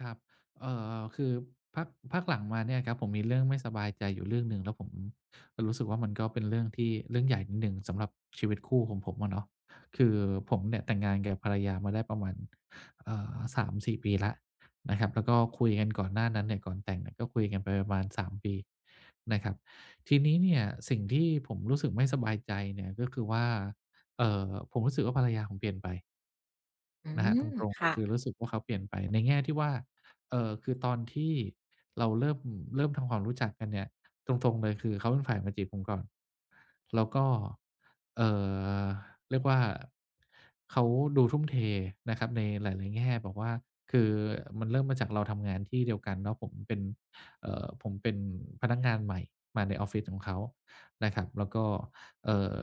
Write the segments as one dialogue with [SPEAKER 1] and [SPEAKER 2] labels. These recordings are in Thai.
[SPEAKER 1] ครับเอ่คือพักพักหลังมาเนี่ยครับผมมีเรื่องไม่สบายใจอยู่เรื่องหนึ่งแล้วผมรู้สึกว่ามันก็เป็นเรื่องที่เรื่องใหญ่นิดหนึ่งสำหรับชีวิตคู่ของผมอะเนาะคือผมเนี่ยแต่งงานกับภรรยามาได้ประมาณ3-4ปีแล้วนะครับแล้วก็คุยกันก่อนหน้านั้นเนี่ยก่อนแต่งเนี่ยก็คุยกันไปประมาณ3ปีนะครับทีนี้เนี่ยสิ่งที่ผมรู้สึกไม่สบายใจเนี่ยก็คือว่าผมรู้สึกว่าภรรยาผมเปลี่ยนไป
[SPEAKER 2] อื
[SPEAKER 1] นะครับ
[SPEAKER 2] ม
[SPEAKER 1] ตรงๆเล
[SPEAKER 2] ค่ะ
[SPEAKER 1] ยคือรู้สึกว่าเขาเปลี่ยนไปในแง่ที่ว่าคือตอนที่เราเริ่มทำความรู้จักกันเนี่ยตรงๆเลยคือเขาเป็นฝ่ายมาจีบผมก่อนแล้วก็เอ่อเรียกว่าเขาดูทุ่มเทนะครับในหลายๆแง่แบบว่าคือมันเริ่มมาจากเราทำงานที่เดียวกันเนาะผมเป็นผมเป็นพนักงานใหม่มาในออฟฟิศของเขานะครับแล้วก็เอ่อ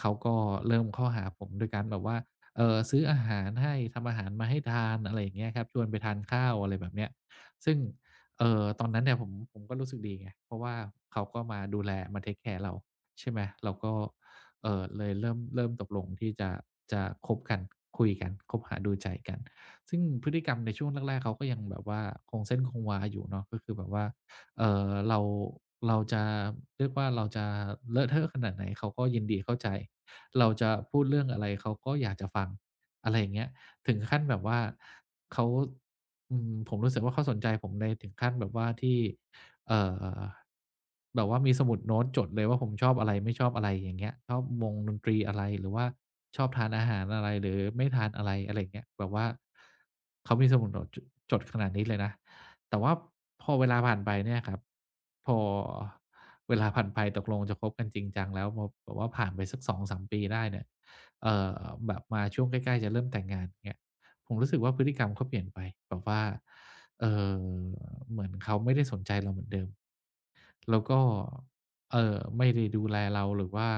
[SPEAKER 1] เขาก็เริ่มเข้าหาผมโด้วยการแบบว่า ซื้ออาหารให้ทำอาหารมาให้ทานอะไรอย่างเงี้ยครับชวนไปทานข้าวอะไรแบบเนี้ยซึ่งตอนนั้นเนี่ยผมก็รู้สึกดีไงเพราะว่าเขาก็มาดูแลมาเทกแคร์เราใช่ไหมเราก็เลยเริ่มตกลงที่จะคบกันคุยกันคบหาดูใจกันซึ่งพฤติกรรมในช่วงแรกๆเขาก็ยังแบบว่าคงเส้นคงวาอยู่เนาะก็คือแบบว่า เอ่อเราเราจะเรียกว่าเราจะเลอะเทอะขนาดไหนเขาก็ยินดีเข้าใจเราจะพูดเรื่องอะไรเขาก็อยากจะฟังอะไรอย่างเงี้ยถึงขั้นแบบว่าเขาอืมผมรู้สึกว่าเขาสนใจผมในถึงขั้นแบบว่าที่เอ่อแบบว่ามีสมุดโน้ตจดเลยว่าผมชอบอะไรไม่ชอบอะไรอย่างเงี้ยชอบวงดนตรีอะไรหรือว่าชอบทานอาหารอะไรหรือไม่ทานอะไรอะไรอย่างเงี้ยแบบว่าเขามีสมุดโน้ตจดขนาดนี้เลยนะ แต่ว่าพอเวลาผ่านไปเนี่ยครับพอเวลาผ่านไปตกลงจะคบกันจริงจังแล้วพอแบบว่าผ่านไปสัก2-3ปีได้เนี่ยเอ่อแบบมาช่วงใกล้ๆจะเริ่มแต่งงานเงี้ยผมรู้สึกว่าพฤติกรรมเขาเปลี่ยนไปแบบว่าเอ่อเหมือนเขาไม่ได้สนใจเราเหมือนเดิม แล้วก็ไม่ได้ดูแลเราหรือว่า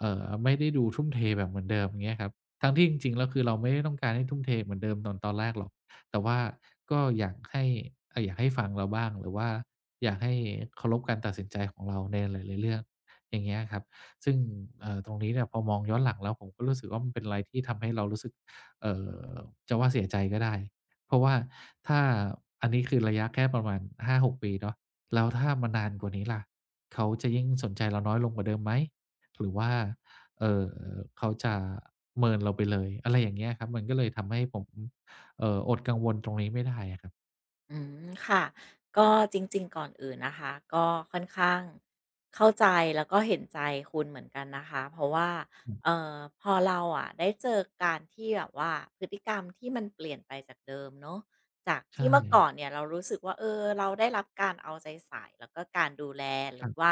[SPEAKER 1] ไม่ได้ดูทุ่มเทแบบเหมือนเดิมอย่างเงี้ยครับทั้งที่จริงๆแล้วคือเราไม่ได้ต้องการให้ทุ่มเทเหมือนเดิมตอนแรกหรอกแต่ว่าก็อยากให้อยากให้ฟังเราบ้างหรือว่าอยากให้เคารพการตัดสินใจของเราในหลายๆเรื่องอย่างเงี้ยครับซึ่งตรงนี้เนี่ยพอมองย้อนหลังแล้วผมก็รู้สึกว่ามันเป็นอะไรที่ทำให้เรารู้สึกเอ่อจะว่าเสียใจก็ได้เพราะว่าถ้าอันนี้คือระยะแค่ประมาณหาหกปีเนาะ แล้วถ้ามันนานกว่านี้ล่ะเขาจะยิ่งสนใจเราน้อยลงกว่าเดิมไหมหรือว่าเอ่อเขาจะเมินเราไปเลยอะไรอย่างเงี้ยครับมันก็เลยทำให้ผมอดกังวลตรงนี้ไม่ได้อะครับ
[SPEAKER 2] อืมค่ะก็จริงๆก่อนอื่นนะคะก็ค่อนข้างเข้าใจแล้วก็เห็นใจคุณเหมือนกันนะคะเพราะว่า
[SPEAKER 1] อืม
[SPEAKER 2] พอเราอะได้เจอการที่แบบว่าพฤติกรรมที่มันเปลี่ยนไปจากเดิมเนาะจากที่
[SPEAKER 1] ใช่
[SPEAKER 2] เมื่อก่อนเนี่ยเรารู้สึกว่าเออเราได้รับการเอาใจใส่แล้วก็การดูแลห
[SPEAKER 1] ค
[SPEAKER 2] รื
[SPEAKER 1] รั
[SPEAKER 2] อ
[SPEAKER 1] บ
[SPEAKER 2] ว่า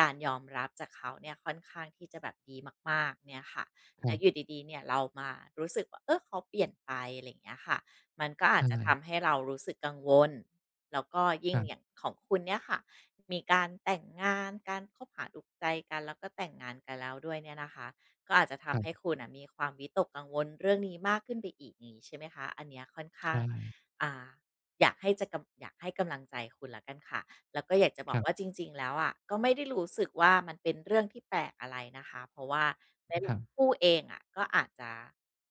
[SPEAKER 2] การยอมรับจากเขาเนี่ยค่อนข้างที่จะแบบดีมากๆเนี่ยค่ะแล้วอยู่ดีๆเนี่ยเรามารู้สึกว่าเออเขาเปลี่ยนไปอะไรอย่างเงี้ยค่ะ มันก็
[SPEAKER 1] ๆ
[SPEAKER 2] อาจ
[SPEAKER 1] ใช่
[SPEAKER 2] จะทำให้เรารู้สึกกังวลแล้วก็ยิ่
[SPEAKER 1] ค
[SPEAKER 2] ง
[SPEAKER 1] รั
[SPEAKER 2] อย่าง
[SPEAKER 1] บ
[SPEAKER 2] ของคุณเนี่ยค่ะ มีการแต่งงาน การคบหาดูใจกันแล้วก็แต่งงานกันแล้วด้วยเนี่ยนะคะก็อาจจะ
[SPEAKER 1] ค
[SPEAKER 2] ทำให้
[SPEAKER 1] รับ
[SPEAKER 2] คุณอ่ะมีความวิตกกังวลเรื่องนี้มากขึ้นไปอีกนงี้ใช่ไหมคะอันเนี้ยค่อนข้าง
[SPEAKER 1] ใช่
[SPEAKER 2] อ่าอยากให้จะกำอยากให้กำลังใจคุณแล้วกันค่ะแล้วก็อยากจะบอ
[SPEAKER 1] ค
[SPEAKER 2] ก
[SPEAKER 1] รั
[SPEAKER 2] ว่าจ
[SPEAKER 1] บ
[SPEAKER 2] ริงๆแล้วอ่ะ ก็ไม่ได้รู้สึกว่ามันเป็นเรื่องที่แปลกอะไรนะคะเพราะว่าเลาย
[SPEAKER 1] ครับ
[SPEAKER 2] คู่เองอะก็อาจจะ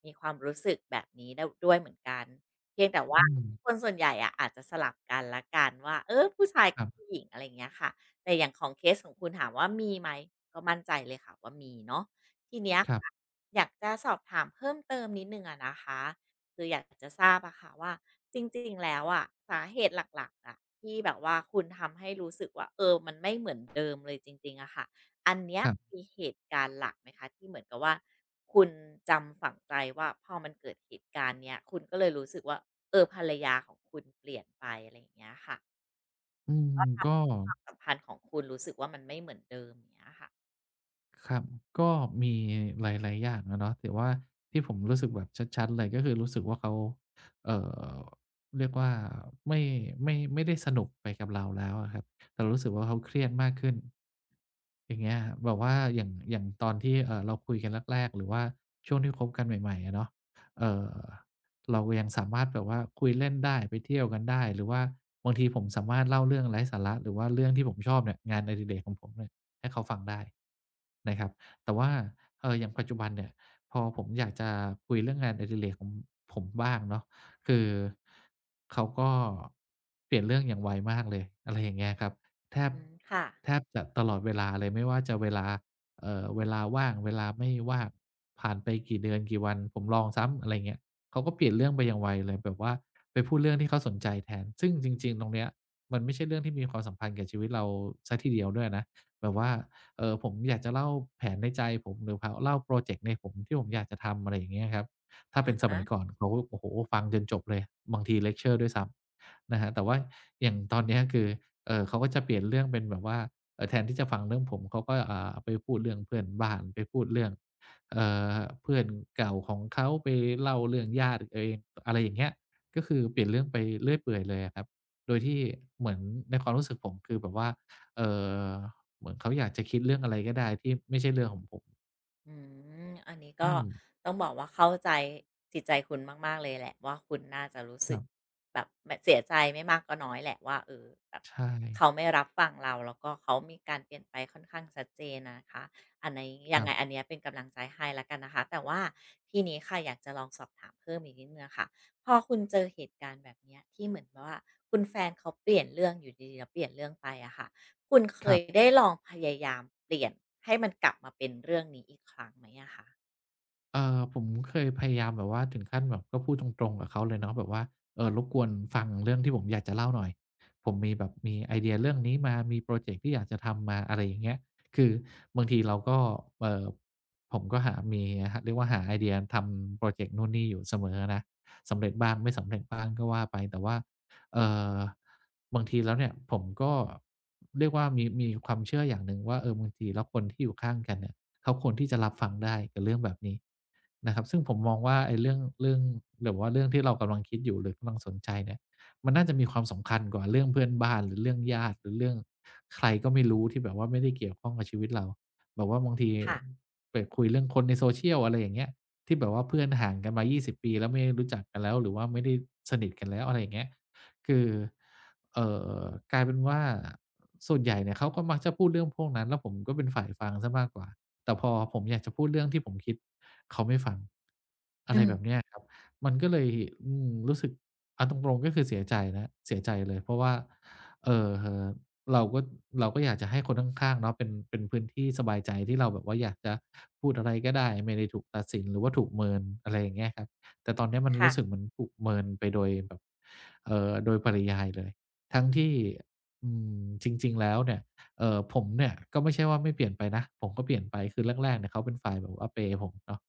[SPEAKER 2] มีความรู้สึกแบบนี้ไดด้วยเหมือนกัน เพียงแต่ว่า
[SPEAKER 1] อืม
[SPEAKER 2] คนส่วนใหญ่อะอาจจะสลับกันละกันว่าเออผู้ชาย
[SPEAKER 1] ค
[SPEAKER 2] กั
[SPEAKER 1] รั
[SPEAKER 2] บผู้
[SPEAKER 1] บ
[SPEAKER 2] หญิงอะไรอย่างเงี้ยค่ะแต่อย่างของเคสของคุณถามว่ามีไหมก็มั่นใจเลยค่ะว่ามีเนาะทีเนี้ย
[SPEAKER 1] ครั
[SPEAKER 2] ค่ะ
[SPEAKER 1] บ
[SPEAKER 2] อยากจะสอบถามเพิ่มเติมนิดหนึ่งอะนะคะคืออยากจะทราบอะค่ะว่าจริงๆแล้วอะสาเหตุหลักๆอะที่แบบว่าคุณทำให้รู้สึกว่าเออมันไม่เหมือนเดิมเลยจริงๆอะค่ะอันเนี้ย
[SPEAKER 1] ครับ
[SPEAKER 2] มีเหตุการณ์หลักไหมคะที่เหมือนกับว่าคุณจำฝังใจว่าพอมันเกิดเหตุการณ์เนี้ยคุณก็เลยรู้สึกว่า เออภรรยาของคุณเปลี่ยนไปอะไรอย่างเงี้ยค่ะ
[SPEAKER 1] อืม
[SPEAKER 2] ค่ะ
[SPEAKER 1] ก็
[SPEAKER 2] วามสัมพันธ์ของคุณรู้สึกว่ามันไม่เหมือนเดิมอย่างเงี้ยค่ะ
[SPEAKER 1] ครับก็มีหลายๆอย่างอะเนาะแต่ว่าที่ผมรู้สึกแบบชัดๆเลยก็คือรู้สึกว่าเขาเอ่อเรียกว่าไม่ไม่ไม่ได้สนุกไปกับเราแล้วอะครับแต่รู้สึกว่าเขาเครียดมากขึ้นอย่างเงี้ยแบบว่าอย่างตอนที่เราคุยกันแรกๆหรือว่าช่วงที่คบกันใหม่ๆอะเนาะเอ่อเรายังสามารถแบบว่าคุยเล่นได้ไปเที่ยวกันได้หรือว่าบางทีผมสามารถเล่าเรื่องไร้สาระหรือว่าเรื่องที่ผมชอบเนี่ยงานอดิเรกของผมเนี่ย ให้เขาฟังได้นะครับแต่ว่าอย่างปัจจุบันเนี่ยพอผมอยากจะคุยเรื่องงานอดิเรกของผมบ้างเนาะคือเขาก็เปลี่ยนเรื่องอย่างไวมากเลยอะไรอย่างเงี้ยครับแทบ
[SPEAKER 2] อืมค่ะ
[SPEAKER 1] แทบจะตลอดเวลาเลยไม่ว่าจะเวลาเวลาว่างเวลาไม่ว่างผ่านไปกี่เดือนกี่วันผมลองซ้ำอะไรเงี้ยเขาก็เปลี่ยนเรื่องไปอย่างไวเลยแบบว่าไปพูดเรื่องที่เขาสนใจแทนซึ่งจริงๆตรงเนี้ยมันไม่ใช่เรื่องที่มีความสัมพันธ์กับชีวิตเราเสียทีเดียวด้วยนะ แบบว่าผมอยากจะเล่าแผนในใจผมหรือพาเล่าพรอเจกต์ในผมที่ผมอยากจะทำอะไรอย่างเงี้ยครับถ้าเป็
[SPEAKER 2] อะ
[SPEAKER 1] นส
[SPEAKER 2] ฮะ
[SPEAKER 1] มัยก่อนเขาโอ้โฮฟังจนจบเลยบางทีเลกเชอร์ด้วยซ้ำนะครับแต่ว่าอย่างตอนเนี้ยคือเขาก็จะเปลี่ยนเรื่องเป็นแบบว่าแทนที่จะฟังเรื่องผมเขาก็ไปพูดเรื่องเพื่อนบ้านไปพูดเรื่องเอ่อเพื่อนเก่าของเขาไปเล่าเรื่องญาติตัวเองอะไรอย่างเงี้ยก็คือเปลี่ยนเรื่องไปเรื่อยเปื่อยเลยอะครับโดยที่เหมือนในความรู้สึกผมคือแบบว่าเอ่อ เหมือนเขาอยากจะคิดเรื่องอะไรก็ได้ที่ไม่ใช่เรื่องของผม
[SPEAKER 2] อืมอันนี้ก็
[SPEAKER 1] อืม
[SPEAKER 2] ต้องบอกว่าเข้าใจจิตใจคุณมากๆเลยแหละว่าคุณน่าจะรู้
[SPEAKER 1] ค
[SPEAKER 2] สึก
[SPEAKER 1] รับ
[SPEAKER 2] แบบแบบเสียใจไม่มากก็น้อยแหละว่าเออแบบ
[SPEAKER 1] ใช่
[SPEAKER 2] เขาไม่รับฟังเราแล้วก็เขามีการเปลี่ยนไปค่อนข้างชัดเจนนะคะอันนี้
[SPEAKER 1] ค
[SPEAKER 2] ยัง
[SPEAKER 1] รั
[SPEAKER 2] ไงอั
[SPEAKER 1] บ
[SPEAKER 2] นเนี้ยเป็นกำลังใจให้แล้วกันนะคะแต่ว่าทีนี้ค่ะอยากจะลองสอบถามเพิ่มอีกนิดหนึ่งอะค่ะพอคุณเจอเหตุการณ์แบบเนี้ยที่เหมือนว่าคุณแฟนเขาเปลี่ยนเรื่องอยู่ดีๆแล้วเปลี่ยนเรื่องไปอะค่ะ คุณเค
[SPEAKER 1] ครั
[SPEAKER 2] ย
[SPEAKER 1] บ
[SPEAKER 2] ได้ลองพยายามเปลี่ยนให้มันกลับมาเป็นเรื่องนี้อีกครั้งไหมอะคะ
[SPEAKER 1] ผมเคยพยายามแบบว่าถึงขั้นแบบก็พูดตรงๆกับเขาเลยเนาะแบบว่ารบกวนฟังเรื่องที่ผมอยากจะเล่าหน่อยผมมีแบบมีไอเดียเรื่องนี้มามีพรอเจกต์ที่อยากจะทำมาอะไรอย่างเงี้ยคือบางทีเราก็เอ่อผมก็หามีหเรียกว่าหาไอเดียทำพรอเจกต์นู่นนี่อยู่เสมออะนะสำเร็จบ้างไม่สำเร็จบ้างก็ว่าไปแต่ว่าเอ่อบางทีแล้วเนี่ยผมก็เรียกว่ามีความเชื่ออย่างหนึ่งว่าเออบางทีแล้วคนที่อยู่ข้างกันเนี่ย เขาควรที่จะรับฟังได้กับเรื่องแบบนี้นะครับซึ่งผมมองว่าไอ้เรื่องหรือว่าเรื่องที่เรากำลังคิดอยู่หรือกำลังสนใจเนี่ยมันน่าจะมีความสำคัญกว่าเรื่องเพื่อนบ้านหรือเรื่องญาติหรือเรื่องใครก็ไม่รู้ที่แบบว่าไม่ได้เกี่ยวข้องกับชีวิตเราแบบว่าบางที
[SPEAKER 2] ค่ะ
[SPEAKER 1] ไปคุยเรื่องคนใน social อะไรอย่างเงี้ยที่แบบว่าเพื่อนห่างกันมา20ปีแล้วไม่ได้รู้จักกันแล้วหรือว่าไม่ได้สนิทกันแล้วอะไรอย่างเงี้ยคือเอ่อกลายเป็นว่าส่วนใหญ่เนี่ยเขาก็มักจะพูดเรื่องพวกนั้นแล้วผมก็เป็นฝ่ายฟังเสียมากกว่า แต่พอผมอยากจะพูดเรื่องที่ผมคิดเขาไม่ฟังอะไร
[SPEAKER 2] อืม
[SPEAKER 1] แบบเนี้ยครับมันก็เลยอืมรู้สึกเอาตรงๆก็คือเสียใจแล้วเสียใจเลยเพราะว่าเอ่อเราก็เราก็อยากจะให้คนข้างๆเนาะเป็นพื้นที่สบายใจที่เราแบบว่าอยากจะพูดอะไรก็ได้ไม่ได้ถูกตัดสินหรือว่าถูกเมินอะไรอย่างเงี้ยครับแต่ต
[SPEAKER 2] อื
[SPEAKER 1] อน
[SPEAKER 2] ม
[SPEAKER 1] เนี้ยมัน
[SPEAKER 2] ค่ะ
[SPEAKER 1] รู้สึกเหมือนถูกเมินไปโดยแบบโดยปริยายเลยทั้งที่อืมจริงๆแล้วเนี่ย ผมเนี่ยก็ไม่ใช่ว่าไม่เปลี่ยนไปนะผมก็เปลี่ยนไปคือแรกๆเนี่ยเขาเป็นฝ่ายแบบว่าเพย์ผมเนาะ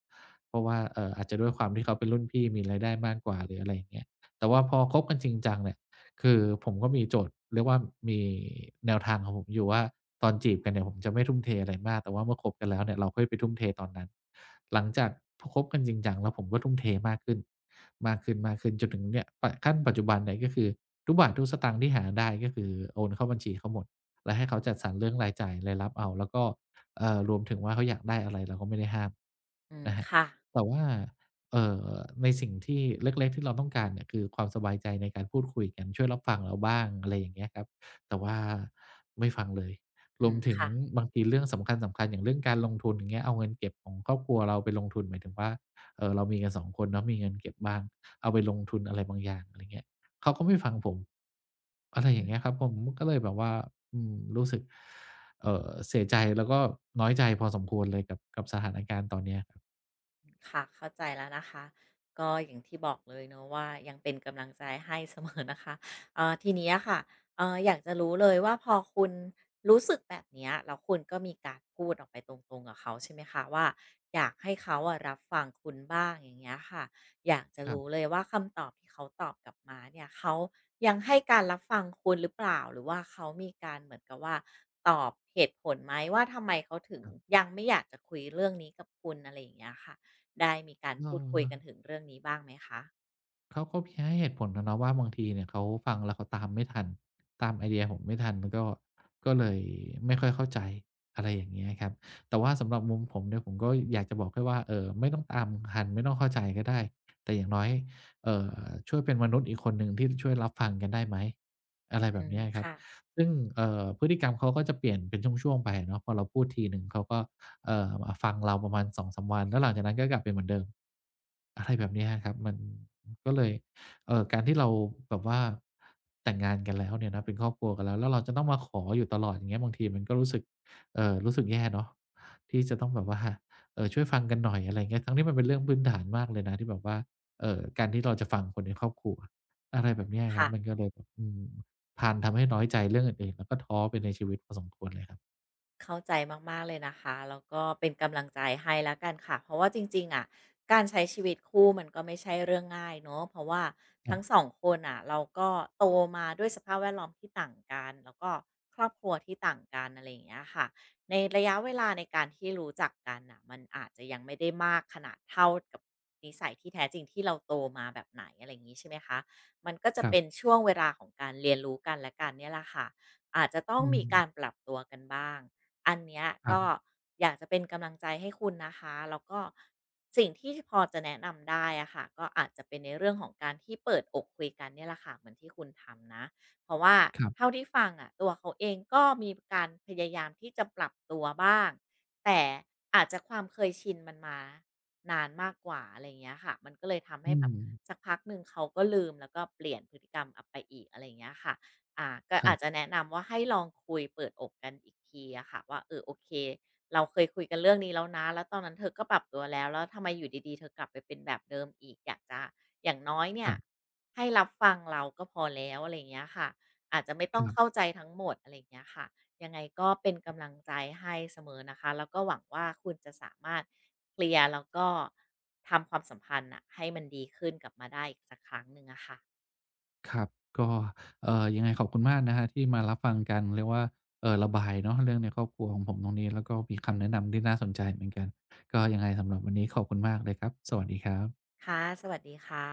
[SPEAKER 1] เพราะว่าอาจจะด้วยความที่เขาเป็นรุ่นพี่มีรายได้มากกว่าหรืออะไรอย่างเงี้ยแต่ว่าพอคบกันจริงจังเนี่ยคือผมก็มีโจทย์เรียกว่ามีแนวทางของผมอยู่ว่าตอนจีบกันเนี่ยผมจะไม่ทุ่มเทอะไรมากแต่ว่าเมื่อคบกันแล้วเนี่ยเราค่อยไปทุ่มเทตอนนั้นหลังจากพอคบกันจริงจังแล้วผมก็ทุ่มเทมากขึ้นมากขึ้นๆจนถึงเนี่ยปขั้นปัจจุบันเนี่ยก็คือทุกบาททุกสตางค์ที่หาได้ก็คือโอนเข้าบัญชีเขาหมด และให้เขาจัดสรรเรื่องรายจ่ายรายรับเอาแล้วก็รวมถึงว่าเขาอยากได้อะไรเราก็ไม่ได้ห้าม
[SPEAKER 2] อืม
[SPEAKER 1] นะครับ
[SPEAKER 2] ค่ะ
[SPEAKER 1] แต่ว่าเอ่อในสิ่งที่เล็กๆที่เราต้องการเนี่ยคือความสบายใจในการพูดคุยกันช่วยรับฟังเราบ้างอะไรอย่างเงี้ยครับแต่ว่าไม่ฟังเลย
[SPEAKER 2] อื
[SPEAKER 1] รว
[SPEAKER 2] ม
[SPEAKER 1] มถึง
[SPEAKER 2] ค่ะ
[SPEAKER 1] บางทีเรื่องสำคัญๆอย่างเรื่องการลงทุนอย่างเงี้ยเอาเงินเก็บของครอบครัวเราไปลงทุนหมายถึงว่าเรามีกันสองคนเนาะมีเงินเก็บบ้างเอาไปลงทุนอะไรบางอย่างอะไรเงี้ย เขาก็ไม่ฟังผมอะไรอ
[SPEAKER 2] อื
[SPEAKER 1] ย่าง
[SPEAKER 2] ม
[SPEAKER 1] เงี้ยครับผมก็เลยแบบว่าอืมรู้สึกเสียใจแล้วก็น้อยใจพอสมควรเลยกับสถานการณ์ตอนเนี้ย
[SPEAKER 2] ค่ะเข้าใจแล้วนะคะก็อย่างที่บอกเลยเนอะว่ายังเป็นกำลังใจให้เสมอนะคะ ทีเนี้ยค่ะอยากจะรู้เลยว่าพอคุณรู้สึกแบบเนี้ยแล้วคุณก็มีการพูดออกไปตรงๆกับเขาใช่ไหมคะว่าอยากให้เขาอะรับฟังคุณบ้างอย่างเงี้ยค่ะอยากจะ
[SPEAKER 1] ครั
[SPEAKER 2] รู้
[SPEAKER 1] บ
[SPEAKER 2] เลยว่าคำตอบที่เขาตอบกลับมาเนี่ยเขายังให้การรับฟังคุณหรือเปล่าหรือว่าเขามีการเหมือนกับว่าตอบเหตุผลไหมว่าทำไมเขาถึง
[SPEAKER 1] ครับ
[SPEAKER 2] ยังไม่อยากจะคุยเรื่องนี้กับคุณอะไรอย่างเงี้ยค่ะ ได้มีการ
[SPEAKER 1] ๆเอ
[SPEAKER 2] พูดคุย
[SPEAKER 1] อ
[SPEAKER 2] กันถึงเรื่องนี้บ้างไหมคะ
[SPEAKER 1] เขาก็มีให้เหตุผลนะเนาะว่าบางทีเนี่ยเขาฟังแล้วเขาตามไม่ทันตามไอเดียผมไม่ทันมันก็เลยไม่ค่อยเข้าใจอะไรอย่างเงี้ยครับแต่ว่าสำหรับมุมผมเนี่ยผมก็อยากจะบอกแค่ว่าไม่ต้องตามทันไม่ต้องเข้าใจก็ได้แต่อย่างน้อยเอ่อช่วยเป็นมนุษย์อีกคนหนึ่งที่ช่วยรับฟังกันได้ไหมอะไรแบ
[SPEAKER 2] อื
[SPEAKER 1] บ
[SPEAKER 2] ม
[SPEAKER 1] เนี้ยครับ
[SPEAKER 2] ค่ะ
[SPEAKER 1] ซึ่งพฤติกรรมเขาก็จะเปลี่ยนเป็นช่วงๆไปอะเนาะพอเราพูดทีหนึ่งเขาก็มาฟังเราประมาณ2-3 วันแล้วหลังจากนั้นก็กลับไปเหมือนเดิมอะไรแบบเนี้ยครับมัน ก็เลยการที่เราแบบว่าแต่งงานกันแล้วเนี่ยนะเป็นครอบครัวกันแล้วแล้วเราจะต้องมาขออยู่ตลอดอย่างเงี้ยบางทีมันก็รู้สึกรู้สึกแย่เนาะที่จะต้องแบบว่าช่วยฟังกันหน่อยอะไรอย่างเงี้ยทั้งที่มันเป็นเรื่องพื้นฐานมากเลยนะที่แบบว่าการที่เราจะฟังคนในครอบครัวอะไรแบบเนี้ยครั
[SPEAKER 2] ค่ะ
[SPEAKER 1] บมันก็เลยแบบอืมพาลทำให้น้อยใจเรื่องอื่นๆแล้วก็ท้อไปในชีวิตพอสมควรเลยครับ
[SPEAKER 2] เข้าใจมากๆเลยนะคะ แล้วก็เป็นกำลังใจให้แล้วกันค่ะ เพราะว่าจริงๆอะการใช้ชีวิตคู่มันก็ไม่ใช่เรื่องง่ายเนาะเพราะว่า
[SPEAKER 1] ครั
[SPEAKER 2] ทั้งส
[SPEAKER 1] บ
[SPEAKER 2] องคนน่ะเราก็โตมาด้วยสภาพแวดล้อมที่ต่างกัน แล้วก็ครอบครัวที่ต่างกันอะไรอย่างเงี้ยค่ะในระยะเวลาในการที่รู้จักกันน่ะมันอาจจะยังไม่ได้มากขนาดเท่ากับนิสัยที่แท้จริงที่เราโตมาแบบไหนอะไรอย่างงี้ใช่ไหมคะมันก็จะ
[SPEAKER 1] ครั
[SPEAKER 2] เป็น
[SPEAKER 1] บ
[SPEAKER 2] ช่วงเวลาของการเรียนรู้กันและกันเนี่ยแหละค่ะอาจจะต้อง
[SPEAKER 1] อื
[SPEAKER 2] มีการ
[SPEAKER 1] ม
[SPEAKER 2] ปรับตัวกันบ้าง อันเนี้ย
[SPEAKER 1] ครั
[SPEAKER 2] ก็
[SPEAKER 1] บ
[SPEAKER 2] อยากจะเป็นกำลังใจให้คุณนะคะแล้วก็สิ่งที่พอจะแนะนำได้อะค่ะก็อาจจะเป็นในเรื่องของการที่เปิดอกคุยกันเนี่ยแหละค่ะเหมือนที่คุณทำนะเพราะว่า
[SPEAKER 1] ครั
[SPEAKER 2] เท่า
[SPEAKER 1] บ
[SPEAKER 2] ที่ฟังอะตัวเขาเองก็มีการพยายามที่จะปรับตัวบ้างแต่อาจจะความเคยชินมันมานานมากกว่าอะไรอย่างเงี้ยค่ะมันก็เลยทำให้
[SPEAKER 1] อื
[SPEAKER 2] แบ
[SPEAKER 1] ม
[SPEAKER 2] บสักพักหนึ่งเขาก็ลืมแล้วก็เปลี่ยนพฤติกรรมออกไปอีกอะไรอย่างเงี้ยค่ะ อ่าก็
[SPEAKER 1] ครั
[SPEAKER 2] อาจจะ
[SPEAKER 1] บ
[SPEAKER 2] แนะนำว่าให้ลองคุยเปิดอกกันอีกทีอะค่ะว่าเออโอเคเราเคยคุยกันเรื่องนี้แล้วนะแล้วตอนนั้นเธอก็ปรับตัวแล้วแล้วทำไมอยู่ดีๆเธอกลับไปเป็นแบบเดิมอีกอยากจะอย่างน้อย
[SPEAKER 1] ๆ
[SPEAKER 2] เนี่
[SPEAKER 1] ค
[SPEAKER 2] ยให้รับฟังเราก็พอแล้วอะไรอย่างเงี้ยค่ะอาจจะไม่ต้อง
[SPEAKER 1] รับ
[SPEAKER 2] เข้าใจทั้งหมดอะไรอย่างเงี้ยค่ะยังไงก็เป็นกำลังใจให้เสมอนะคะแล้วก็หวังว่าคุณจะสามารถเคลียร์แล้วก็ทำความสัมพันธ์น่ะให้มันดีขึ้นกลับมาได้อีกสักครั้งหนึ่งอะค่ะ
[SPEAKER 1] ครับก็ยังไงขอบคุณมากนะครับที่มารับฟังกันเรียกว่าระบายเนาะเรื่องในครอบครัวของผมตรงนี้แล้วก็มีคำแนะนำที่น่าสนใจเหมือนกันก็ยังไงสำหรับวันนี้ขอบคุณมากเลยครับสวัสดีครับ
[SPEAKER 2] ค่ะสวัสดีค่ะ